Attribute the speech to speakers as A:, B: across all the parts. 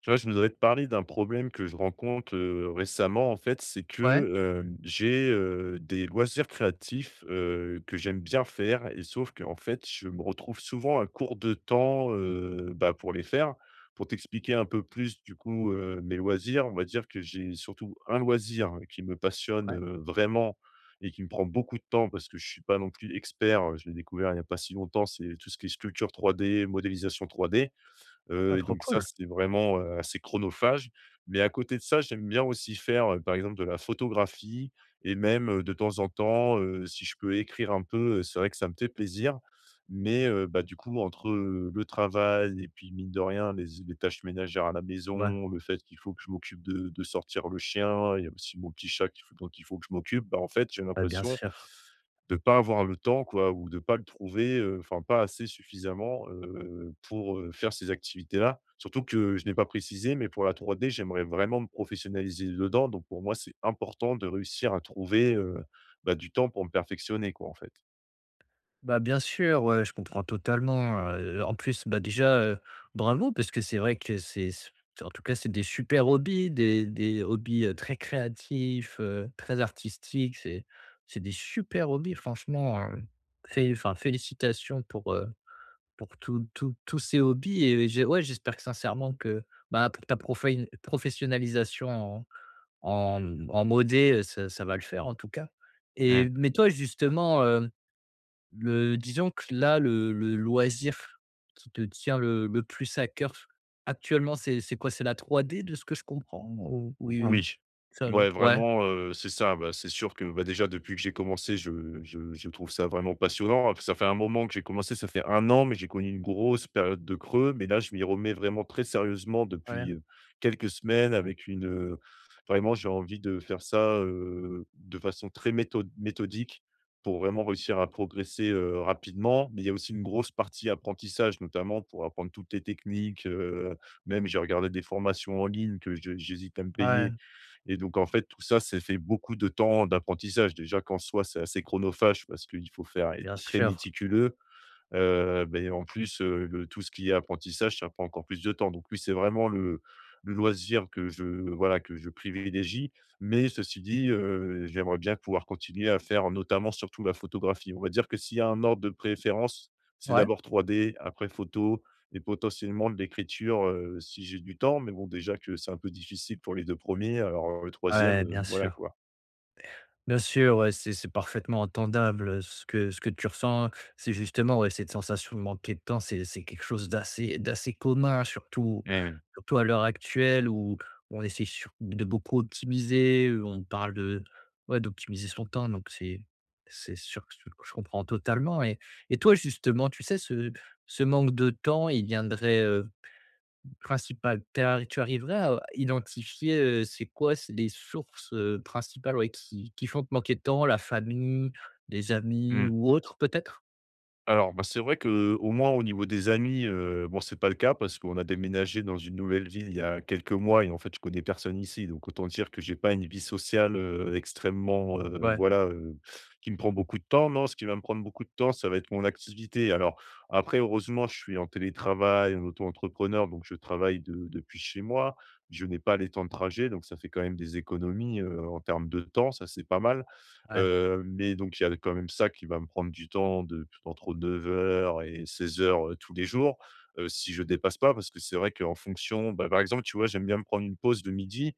A: Tu vois, je voudrais te parler d'un problème que je rencontre, récemment en fait, c'est
B: Ouais,
A: que, j'ai, des loisirs créatifs, que j'aime bien faire et sauf que en fait, je me retrouve souvent à court de temps, bah, pour les faire. Pour t'expliquer un peu plus du coup, mes loisirs, on va dire que j'ai surtout un loisir qui me passionne,
B: ouais.
A: vraiment et qui me prend beaucoup de temps parce que je suis pas non plus expert, je l'ai découvert il n'y a pas si longtemps, c'est tout ce qui est sculpture trois d modélisation trois d.
B: Ah
A: Et
B: trop
A: donc ça,
B: cool.
A: c'est vraiment, assez chronophage. Mais à côté de ça, j'aime bien aussi faire, par exemple, de la photographie et même, de temps en temps, si je peux écrire un peu, c'est vrai que ça me fait plaisir. Mais, bah, du coup, entre, le travail et puis mine de rien, les tâches ménagères à la
B: Ouais,
A: maison, le fait qu'il faut que je m'occupe de sortir le chien, il y a aussi mon petit chat qu'il faut dont il faut que je m'occupe, bah, en fait, j'ai
B: bah, bien
A: l'impression
B: sûr.
A: de pas avoir le temps quoi ou de pas le trouver, enfin pas assez suffisamment, pour, faire ces activités-là. Surtout que je n'ai pas précisé, mais pour la 3D, j'aimerais vraiment me professionnaliser dedans. Donc pour moi, c'est important de réussir à trouver, bah, du temps pour me perfectionner quoi, en fait.
B: Bah, bien sûr, ouais, je comprends totalement, en plus, bah, déjà, bravo parce que c'est vrai que c'est c en tout cas, c'est des super hobbies, des hobbies, très créatifs, très artistiques. C'est des super hobbies franchement, fé enfin félicitations pour tout tous ces hobbies et j'ai ouais, j'espère que sincèrement que, bah, pour ta profé professionnalisation en en ça va le faire en tout cas. Et
A: Ouais.
B: mais toi justement, le disons que là le loisir qui te tient le plus à cœur actuellement, c'est quoi? C'est la trois d de ce que je comprends? Ou oui,
A: Oui.
B: c'est un
A: Ouais,
B: autre? Ouais,
A: vraiment, c'est ça. Bah, c'est sûr que, bah, déjà depuis que j'ai commencé, je trouve ça vraiment passionnant. Ça fait un moment que j'ai commencé, ça fait un an, mais j'ai connu une grosse période de creux. Mais là, je m'y remets vraiment très sérieusement
B: ouais,
A: depuis, quelques semaines avec une, vraiment j'ai envie de faire ça, de façon très méthodique pour vraiment réussir à progresser, rapidement. Mais il y a aussi une grosse partie apprentissage, notamment pour apprendre toutes les techniques, même j'ai regardé des formations en ligne que je j'hésite à me
B: ouais,
A: payer et donc en fait, tout ça, ça fait beaucoup de temps d'apprentissage. Déjà qu'en soi, c'est assez chronophage parce qu'il faut faire être
B: bien
A: très
B: sûr.
A: méticuleux. Beh, en plus, le tout ce qui est apprentissage, ça prend encore plus de temps. Donc oui, c'est vraiment le loisir que je voilà, que je privilégie. Mais ceci dit, j'aimerais bien pouvoir continuer à faire notamment surtout la photographie. On va dire que s'il y a un ordre de préférence, c'est
B: Ouais,
A: d'abord 3D, après photo et potentiellement de l'écriture, si j'ai du temps. Mais bon, déjà que c'est un peu difficile pour les 2 premiers, alors le troisième
B: ouais,
A: e
B: bien
A: voilà
B: sûr.
A: quoi.
B: Bien sûr, ouais, c'est parfaitement entendable, ce que tu ressens. C'est justement, ouais, cette sensation de manquer de temps, c'est quelque chose d'assez commun, surtout
A: Eh oui.
B: surtout à l'heure actuelle où on essaie sur de beaucoup optimiser, on parle de ouais, d'optimiser son temps, donc c'est sûr que je comprends totalement. Et toi, justement, tu sais, ce manque de temps, il viendrait, principal. Tu arriverais à identifier, c'est quoi c'est les sources, principales, ouais, qui font te manquer de temps? La famille, les amis
A: Mmh.
B: ou autre peut-être?
A: Alors, bah, c'est vrai que au moins au niveau des amis, bon, c'est pas le cas parce qu'on a déménagé dans une nouvelle ville il y a quelques mois et en fait, je connais personne ici. Donc autant dire que j'ai pas une vie sociale, extrêmement,
B: Ouais,
A: voilà, qui me prend beaucoup de temps. Non, ce qui va me prendre beaucoup de temps, ça va être mon activité. Alors après, heureusement, je suis en télétravail, en auto-entrepreneur, donc je travaille de depuis chez moi. Je n'ai pas les temps de trajet, donc ça fait quand même des économies, en termes de temps, ça, c'est pas mal.
B: ouais,
A: Mais donc il y a quand même ça qui va me prendre du temps de entre 9 heures et 16:00, tous les jours, si je dépasse pas. Parce que c'est vrai qu'en fonction bah, par exemple, tu vois, j'aime bien me prendre une pause de midi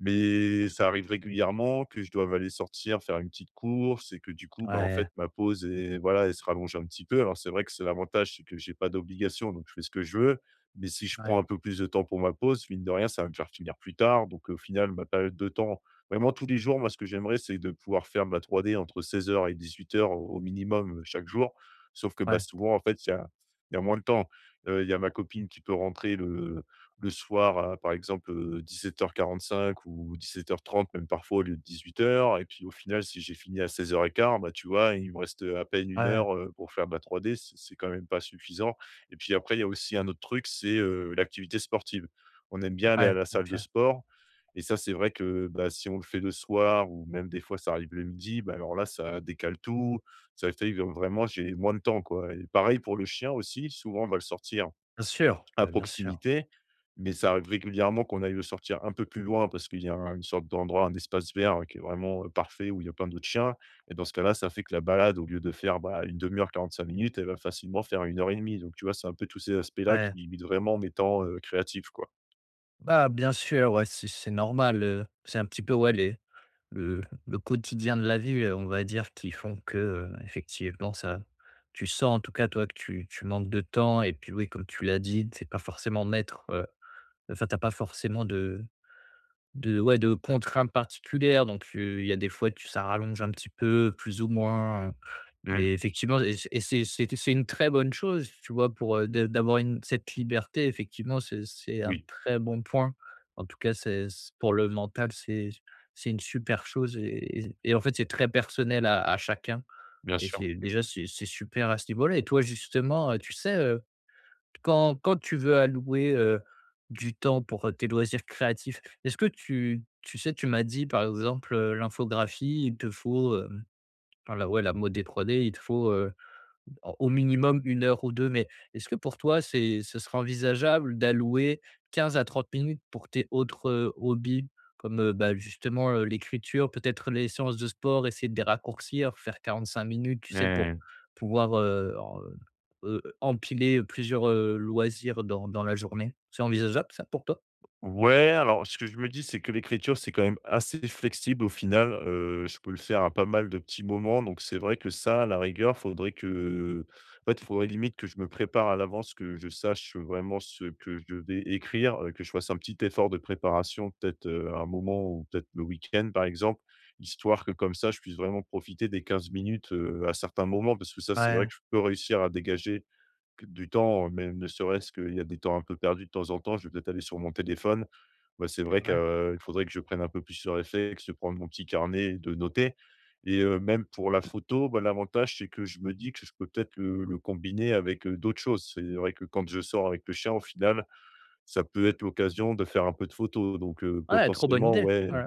A: mais ça arrive régulièrement que je doive aller sortir, faire une petite course et que du coup, bah, en
B: ouais,
A: fait, ma pause est voilà, elle se rallonge un petit peu. Alors c'est vrai que c'est l'avantage, c'est que j'ai pas d'obligation, donc je fais ce que je veux. Mais si je
B: ouais,
A: prends un peu plus de temps pour ma pause, mine de rien, ça va me faire finir plus tard. Donc au final, ma période de temps vraiment tous les jours, moi, ce que j'aimerais, c'est de pouvoir faire ma 3D entre 16 heures et 18:00 au minimum, chaque jour. Sauf que, bah,
B: ouais,
A: souvent, en fait, il y a moins de temps. Il y a ma copine qui peut rentrer le soir à, par exemple, 17:45 ou 17:30, même parfois au lieu de 18 heures. Et puis au final, si j'ai fini à 16:15, bah, tu vois, il me reste, à peine une
B: ouais,
A: heure, pour faire ma 3D, c'est quand même pas suffisant et puis après, il y a aussi un autre truc, c'est, l'activité sportive. On aime bien aller à
B: ouais,
A: la salle
B: OK.
A: de sport et ça, c'est vrai que, bah, si on le fait le soir ou même des fois ça arrive le midi, bah, alors là, ça décale tout. Ça fait que vraiment j'ai moins de temps, quoi et pareil pour le chien aussi, souvent on va le sortir
B: Bien sûr,
A: à
B: bah, bien sûr.
A: proximité, mais ça arrive régulièrement qu'on aille le sortir un peu plus loin parce qu'il y a un une sorte d'endroit, un espace vert hein, qui est vraiment, parfait où il y a plein d'autres chiens et dans ce cas-là, ça fait que la balade au lieu de faire, bah, 1/2 heure, 5 minutes, elle va facilement faire une heure et demie donc tu vois, c'est un peu tous ces aspects-là
B: Ouais.
A: qui limitent vraiment mes temps, créatifs, quoi.
B: Bah, bien sûr, ouais, c'est normal, c'est un petit peu, ouais, les le quotidien de la vie, on va dire, qui font que, effectivement ça tu sens en tout cas toi que tu manques de temps et puis oui, comme tu l'as dit, c'est pas forcément maître. Enfin, t'as pas forcément de ouais, de contraintes particulières donc il y a des fois tu ça rallonge un petit peu, plus ou moins,
A: Mmh,
B: mais effectivement. Et c'est une très bonne chose, tu vois? Pour, de d'avoir une cette liberté effectivement, c'est un
A: oui,
B: très bon point. En tout cas, c'est c pour le mental, c'est une super chose. Et en fait, c'est très personnel à chacun
A: bien
B: et
A: sûr.
B: c'est déjà, c'est super à ce niveau-là. Et toi justement, tu sais, quand tu veux allouer, du temps pour, tes loisirs créatifs, est-ce que tu sais, tu m'as dit, par exemple, l'infographie, il te faut, enfin, la ouais, la modé 3D, il te faut, en au minimum une heure ou 2. Mais est-ce que pour toi, c'est ce serait envisageable d'allouer 15 à 30 minutes pour tes autres, hobbies? Comme, bah, justement, l'écriture, peut-être les séances de sport, essayer de les raccourcir, faire 45 minutes, tu
A: Ouais, ouais,
B: sais, pour
A: ouais.
B: pouvoir, empiler plusieurs, loisirs dans la journée? C'est envisageable ça pour toi?
A: Ouais, alors ce que je me dis, c'est que l'écriture, c'est quand même assez flexible au final. Je peux le faire à pas mal de petits moments, donc c'est vrai que ça, à la rigueur, faudrait que en fait, il faudrait limite que je me prépare à l'avance, que je sache vraiment ce que je vais écrire, que je fasse un petit effort de préparation, peut-être, à un moment ou peut-être le week-end, par exemple, histoire que comme ça, je puisse vraiment profiter des 15 minutes, à certains moments. Parce que ça, c'est vrai
B: Ouais,
A: que je peux réussir à dégager du temps, même ne serait-ce qu'il y a des temps un peu perdus de temps en temps, je vais peut-être aller sur mon téléphone. Bah, c'est
B: c'est
A: vrai
B: vrai.
A: qu'il faudrait que je prenne un peu plus de réflexe, de prendre mon petit carnet et de noter et même pour la photo, bah, l'avantage, c'est que je me dis que je peux peut-être le combiner avec, d'autres choses. C'est vrai que quand je sors avec le chien, au final, ça peut être l'occasion de faire un peu de photos donc
B: Ouais, trop bonne
A: potentiellement,
B: idée!
A: ouais
B: Ouais.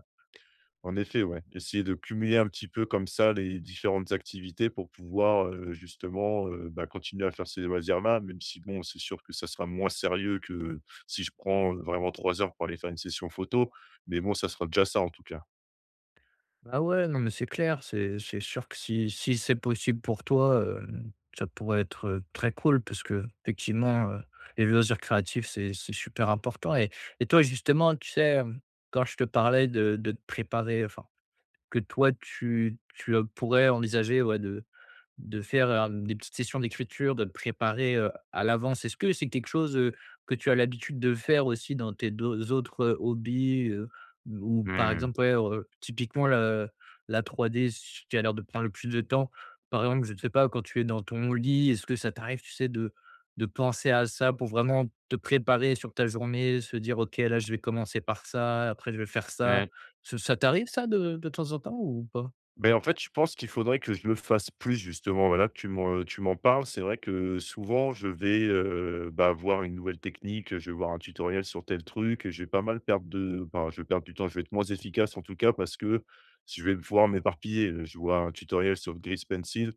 A: en effet, ouais. Essayer de cumuler un petit peu comme ça les différentes activités pour pouvoir, justement, bah, continuer à faire ces loisirs-là, même si bon, c'est sûr que ça sera moins sérieux que si je prends, vraiment 3 heures pour aller faire une session photo, mais bon, ça sera déjà ça en tout cas.
B: Ah ouais, non, mais c'est clair, c'est sûr que si c'est possible pour toi, ça pourrait être, très cool parce qu'effectivement, les loisirs créatifs, c'est super important. Et toi, justement, tu sais, quand je te parlais de te préparer, enfin, que toi, tu pourrais envisager, ouais, de faire, des petites sessions d'écriture, de te préparer, à l'avance. Est-ce que c'est quelque chose, que tu as l'habitude de faire aussi dans tes deux autres, hobbies, ou par
A: Mmh.
B: exemple, ouais, typiquement la 3D ce qui a l'air de prendre le plus de temps? Par exemple, je ne sais pas, quand tu es dans ton lit, est-ce que ça t'arrive, tu sais, de penser à ça pour vraiment te préparer sur ta journée, se dire: «OK, là, je vais commencer par ça, après je vais faire ça».
A: Ouais.
B: Ce ça t'arrive ça de temps en temps ou pas?
A: Ben en fait, je pense qu'il faudrait que je le fasse plus justement, voilà, tu m'en parles. C'est vrai que souvent je vais, bah, voir une nouvelle technique, je vais voir un tutoriel sur tel truc, et je vais pas mal perdre de enfin, je vais perdre du temps, je vais être moins efficace en tout cas parce que je vais pouvoir m'éparpiller. Je vois un tutoriel sur le Grease Pencil,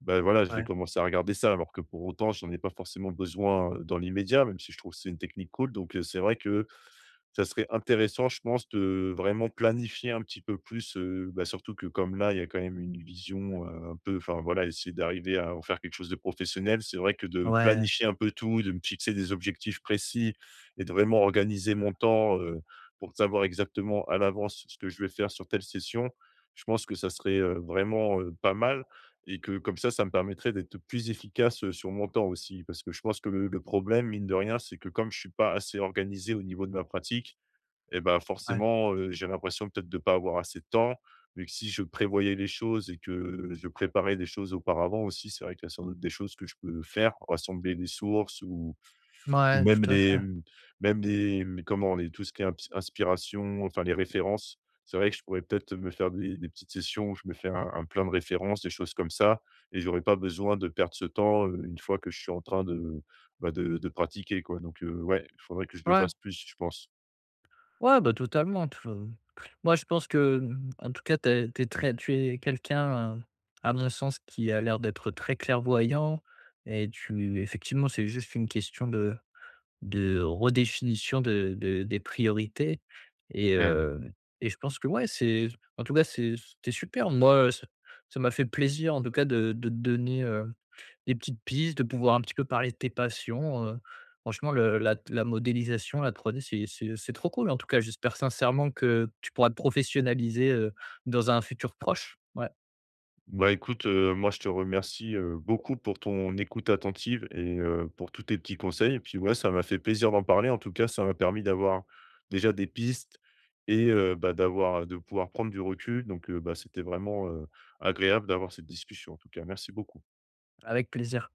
A: ben voilà, je vais
B: Ouais.
A: commencer à regarder ça alors que pour autant je n'en ai pas forcément besoin, dans l'immédiat, même si je trouve que c'est une technique cool donc c'est vrai que ça serait intéressant, je pense, de vraiment planifier un petit peu plus, bah, surtout que comme là, il y a quand même une vision, un peu enfin voilà, essayer d'arriver à en faire quelque chose de professionnel. C'est vrai que de
B: Ouais,
A: planifier un peu tout, de me fixer des objectifs précis et de vraiment organiser mon temps, pour savoir exactement à l'avance ce que je vais faire sur telle session. Je pense que ça serait, vraiment, pas mal et que comme ça me permettrait d'être plus efficace, sur mon temps aussi. Parce que je pense que le problème, mine de rien, c'est que comme je suis pas assez organisé au niveau de ma pratique, et ben
B: ouais.
A: forcément, j'ai l'impression peut-être de ne pas avoir assez de temps, mais que si je prévoyais les choses et que je préparais des choses auparavant aussi, c'est vrai qu'il y a sans doute des choses que je peux faire, rassembler des sources ou
B: Mouais,
A: même
B: tout à
A: les
B: fait.
A: même les comment? Les tout ce qui est imps inspiration, enfin les références. C'est vrai que je pourrais peut-être me faire des petites sessions où je me fais un plein de références, des choses comme ça et j'aurais pas besoin de perdre ce temps, une fois que je suis en train de, bah, de pratiquer quoi, donc ouais, il faudrait que je le
B: Ouais,
A: fasse plus, je pense.
B: ouais, bah, totalement, tu vois? Moi, je pense que, mmh, en tout cas, t'es es très tu es quelqu'un, à mon sens, qui a l'air d'être très clairvoyant. Et tu effectivement, c'est juste une question de redéfinition de des priorités. Et heu et je pense que, ouais, c'est en tout cas, c'est c'était super. Moi, ça m'a fait plaisir, en tout cas, de te donner, des petites pistes, de pouvoir un petit peu parler de tes passions, franchement le la modélisation, la 3D, c'est trop cool en tout cas. J'espère sincèrement que tu pourras te professionnaliser, dans un futur proche. Ouais,
A: Bah, écoute, moi, je te remercie, beaucoup pour ton écoute attentive et pour tous tes petits conseils et puis, ouais, ça m'a fait plaisir d'en parler. En tout cas, ça m'a permis d'avoir déjà des pistes et bah, d'avoir de pouvoir prendre du recul donc bah, c'était vraiment, agréable d'avoir cette discussion en tout cas. Merci beaucoup.
B: avec plaisir.